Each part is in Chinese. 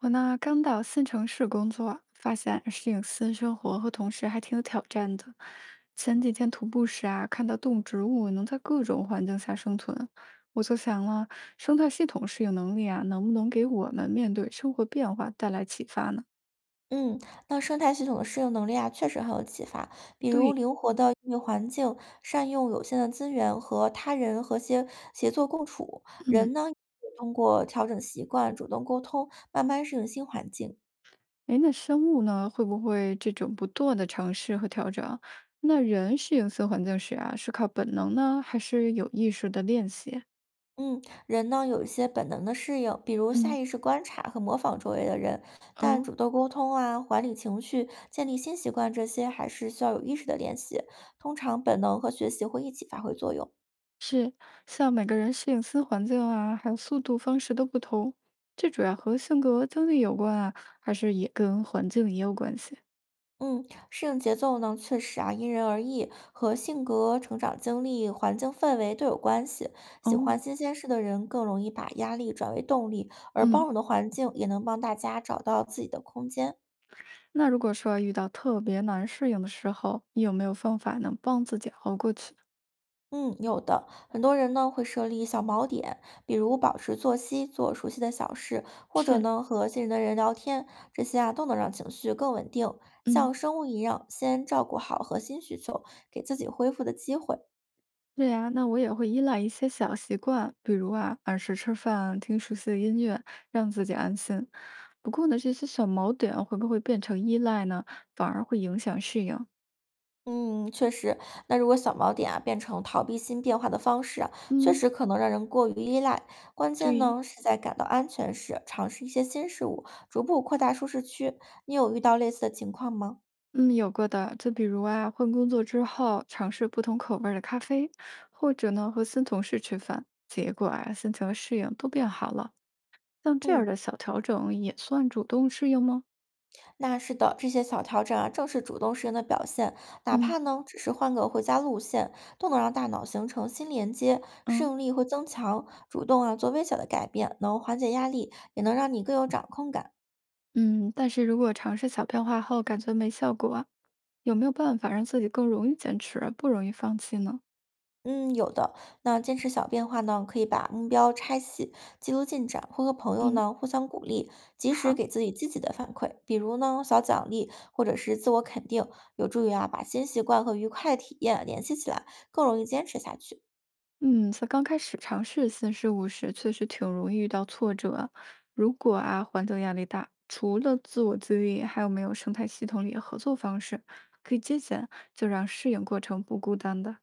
我呢，刚到新城市工作，发现适应新生活和同事还挺有挑战的。前几天徒步时啊，看到动植物能在各种环境下生存，我就想了，生态系统适应能力啊，能不能给我们面对生活变化带来启发呢？嗯，那生态系统的适应能力啊，确实很有启发。比如对，灵活的应对环境，善用有限的资源和他人和谐协作共处。人呢，通过调整习惯、主动沟通，慢慢适应新环境。哎，那生物呢，会不会这种不断的尝试和调整？那人适应新环境时啊，是靠本能呢，还是有意识的练习？嗯，人呢有一些本能的适应，比如下嗯，意识观察和模仿周围的人，但哦。主动沟通啊、管理情绪、建立新习惯这些，还是需要有意识的练习。通常本能和学习会一起发挥作用。像每个人适应新环境啊，还有速度方式都不同，这主要和性格、经历有关啊，还是也跟环境也有关系？嗯，适应节奏呢，确实啊，因人而异，和性格、成长经历、环境氛围都有关系。喜欢哦，新鲜事的人更容易把压力转为动力，而包嗯，容的环境也能帮大家找到自己的空间。那如果说遇到特别难适应的时候，你有没有方法能帮自己熬过去？嗯，有的，很多人呢会设立小锚点，比如保持作息，做熟悉的小事，或者是，呢和信任的人聊天，这些啊都能让情绪更稳定。嗯，像生物一样，先照顾好核心需求，给自己恢复的机会。对呀，那我也会依赖一些小习惯，比如啊，按时吃饭，听熟悉的音乐，让自己安心。不过呢，这些小锚点会不会变成依赖呢？反而会影响适应。嗯，确实。那如果小锚点啊变成逃避新变化的方式啊，确嗯，实可能让人过于依赖。关键对。呢是在感到安全时，尝试一些新事物，逐步扩大舒适区。你有遇到类似的情况吗？嗯，有过的，就比如啊，换工作之后尝试不同口味儿的咖啡，或者呢和新同事吃饭，结果啊心情和适应都变好了。像这样嗯，的小调整也算主动适应吗？那是的，这些小调整啊，正是主动适应的表现。哪嗯怕呢只是换个回家路线，都能让大脑形成新连接，适嗯应力会增强。主动啊做微小的改变，能缓解压力，也能让你更有掌控感。嗯，但是如果尝试小变化后感觉没效果啊，有没有办法让自己更容易坚持，不容易放弃呢？嗯，有的。那坚持小变化呢，可以把目标拆细，记录进展，会和朋友嗯，呢互相鼓励，及时好。给自己积极的反馈，比如呢小奖励或者是自我肯定，有助于啊把新习惯和愉快的体验联系起来，更容易坚持下去。嗯，在刚开始尝试新事物时，确实挺容易遇到挫折啊。如果啊，环境压力大，除了自我自愈，还有没有生态系统里的合作方式可以借鉴，就让适应过程不孤单的？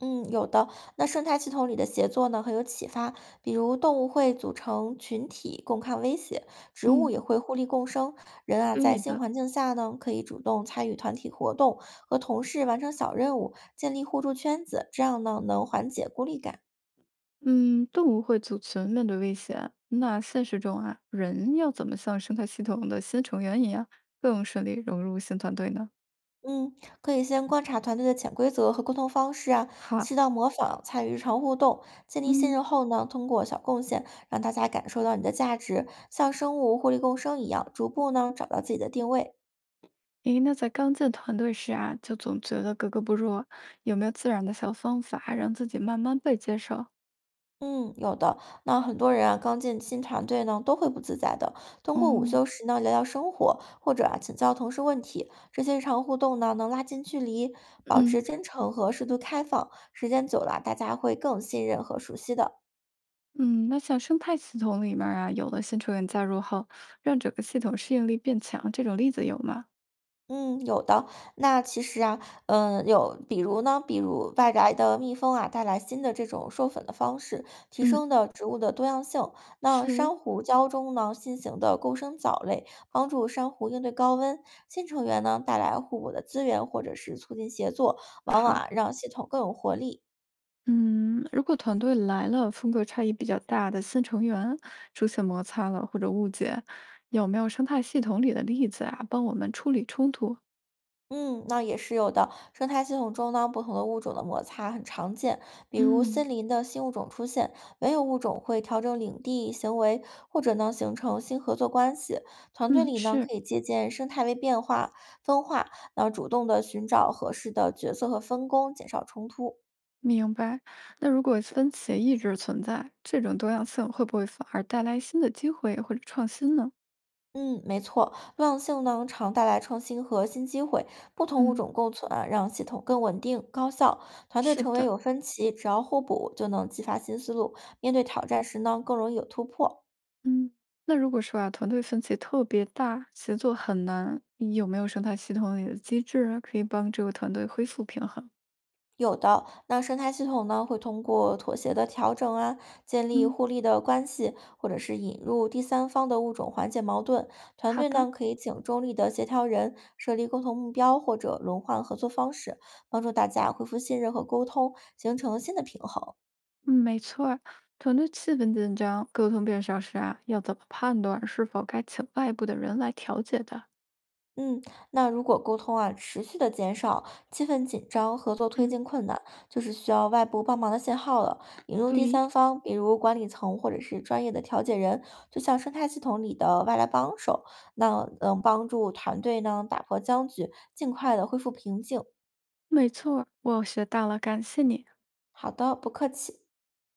嗯，有的。那生态系统里的协作呢，很有启发。比如动物会组成群体共抗威胁，植物嗯，也会互利共生。人啊，可以在新的。环境下呢，可以主动参与团体活动，和同事完成小任务，建立互助圈子，这样呢，能缓解孤立感。嗯，动物会组群面对危险，那现实中啊，人要怎么像生态系统的新成员一样，更顺利融入新团队呢？嗯，可以先观察团队的潜规则和沟通方式啊，好啊，适当模仿，参与日常互动，建立信嗯。任后呢，通过小贡献让大家感受到你的价值，像生物互利共生一样，逐步呢找到自己的定位。诶，那在刚进团队时啊，就总觉得格格不入，有没有自然的小方法让自己慢慢被接受？嗯，有的。那很多人啊，刚进新团队呢，都会不自在的。通过午嗯休时呢，聊聊生活，或者啊，请教同事问题，这些日常互动呢，能拉近距离，保嗯，持真诚和适度开放。时间久了啊，大家会更信任和熟悉的。嗯，那像生态系统里面儿啊，有了新成员加入后，让整个系统适应力变强，这种例子有吗？嗯，有的。那其实啊，有，比如呢，比如外来的蜜蜂啊，带来新的这种授粉的方式，提嗯，升的植物的多样性。那是，珊瑚礁中呢，新型的共生藻类帮助珊瑚应对高温，新成员呢带来互补的资源，或者是促进协作，往往好，啊让系统更有活力。嗯，如果团队来了风格差异比较大的新成员，出现摩擦了或者误解，有没有生态系统里的例子啊，帮我们处理冲突？嗯，那也是有的。生态系统中呢，不同的物种的摩擦很常见，比如嗯。森林的新物种出现，原有物种会调整领地行为，或者呢形成新合作关系。团队嗯，里呢是。可以借鉴生态位变化、分化，那主动的寻找合适的角色和分工，减少冲突。明白。那如果分歧一直存在，这种多样性会不会反而带来新的机会或者创新呢？嗯，没错，多样性呢常带来创新和新机会，不同物嗯，种共存啊，让系统更稳定、高效。团队是成员的，有分歧，只要互补，就能激发新思路。面对挑战时呢，更容易有突破。嗯，那如果说啊，团队分歧特别大，协作很难，有没有生态系统里的机制啊可以帮这个团队恢复平衡？有的，那生态系统呢，会通过妥协的调整啊，建立嗯，互利的关系，或者是引入第三方的物种缓解矛盾。团好队的，呢，可以请中立的协调人，设立共同目标或者轮换合作方式，帮助大家恢复信任和沟通，形成新的平衡。嗯，没错儿，团队气氛紧张，沟通变少时啊，要怎么判断是否该请外部的人来调解的？嗯，那如果沟通啊持续的减少，气氛紧张，合作推嗯。进困难，就是需要外部帮忙的信号了。引入第对，三方，比如管理层或者是专业的调解人，就像生态系统里的外来帮手，那能帮助团队呢打破僵局，尽快的恢复平静。没错儿，我学到了，感谢你。好的，不客气。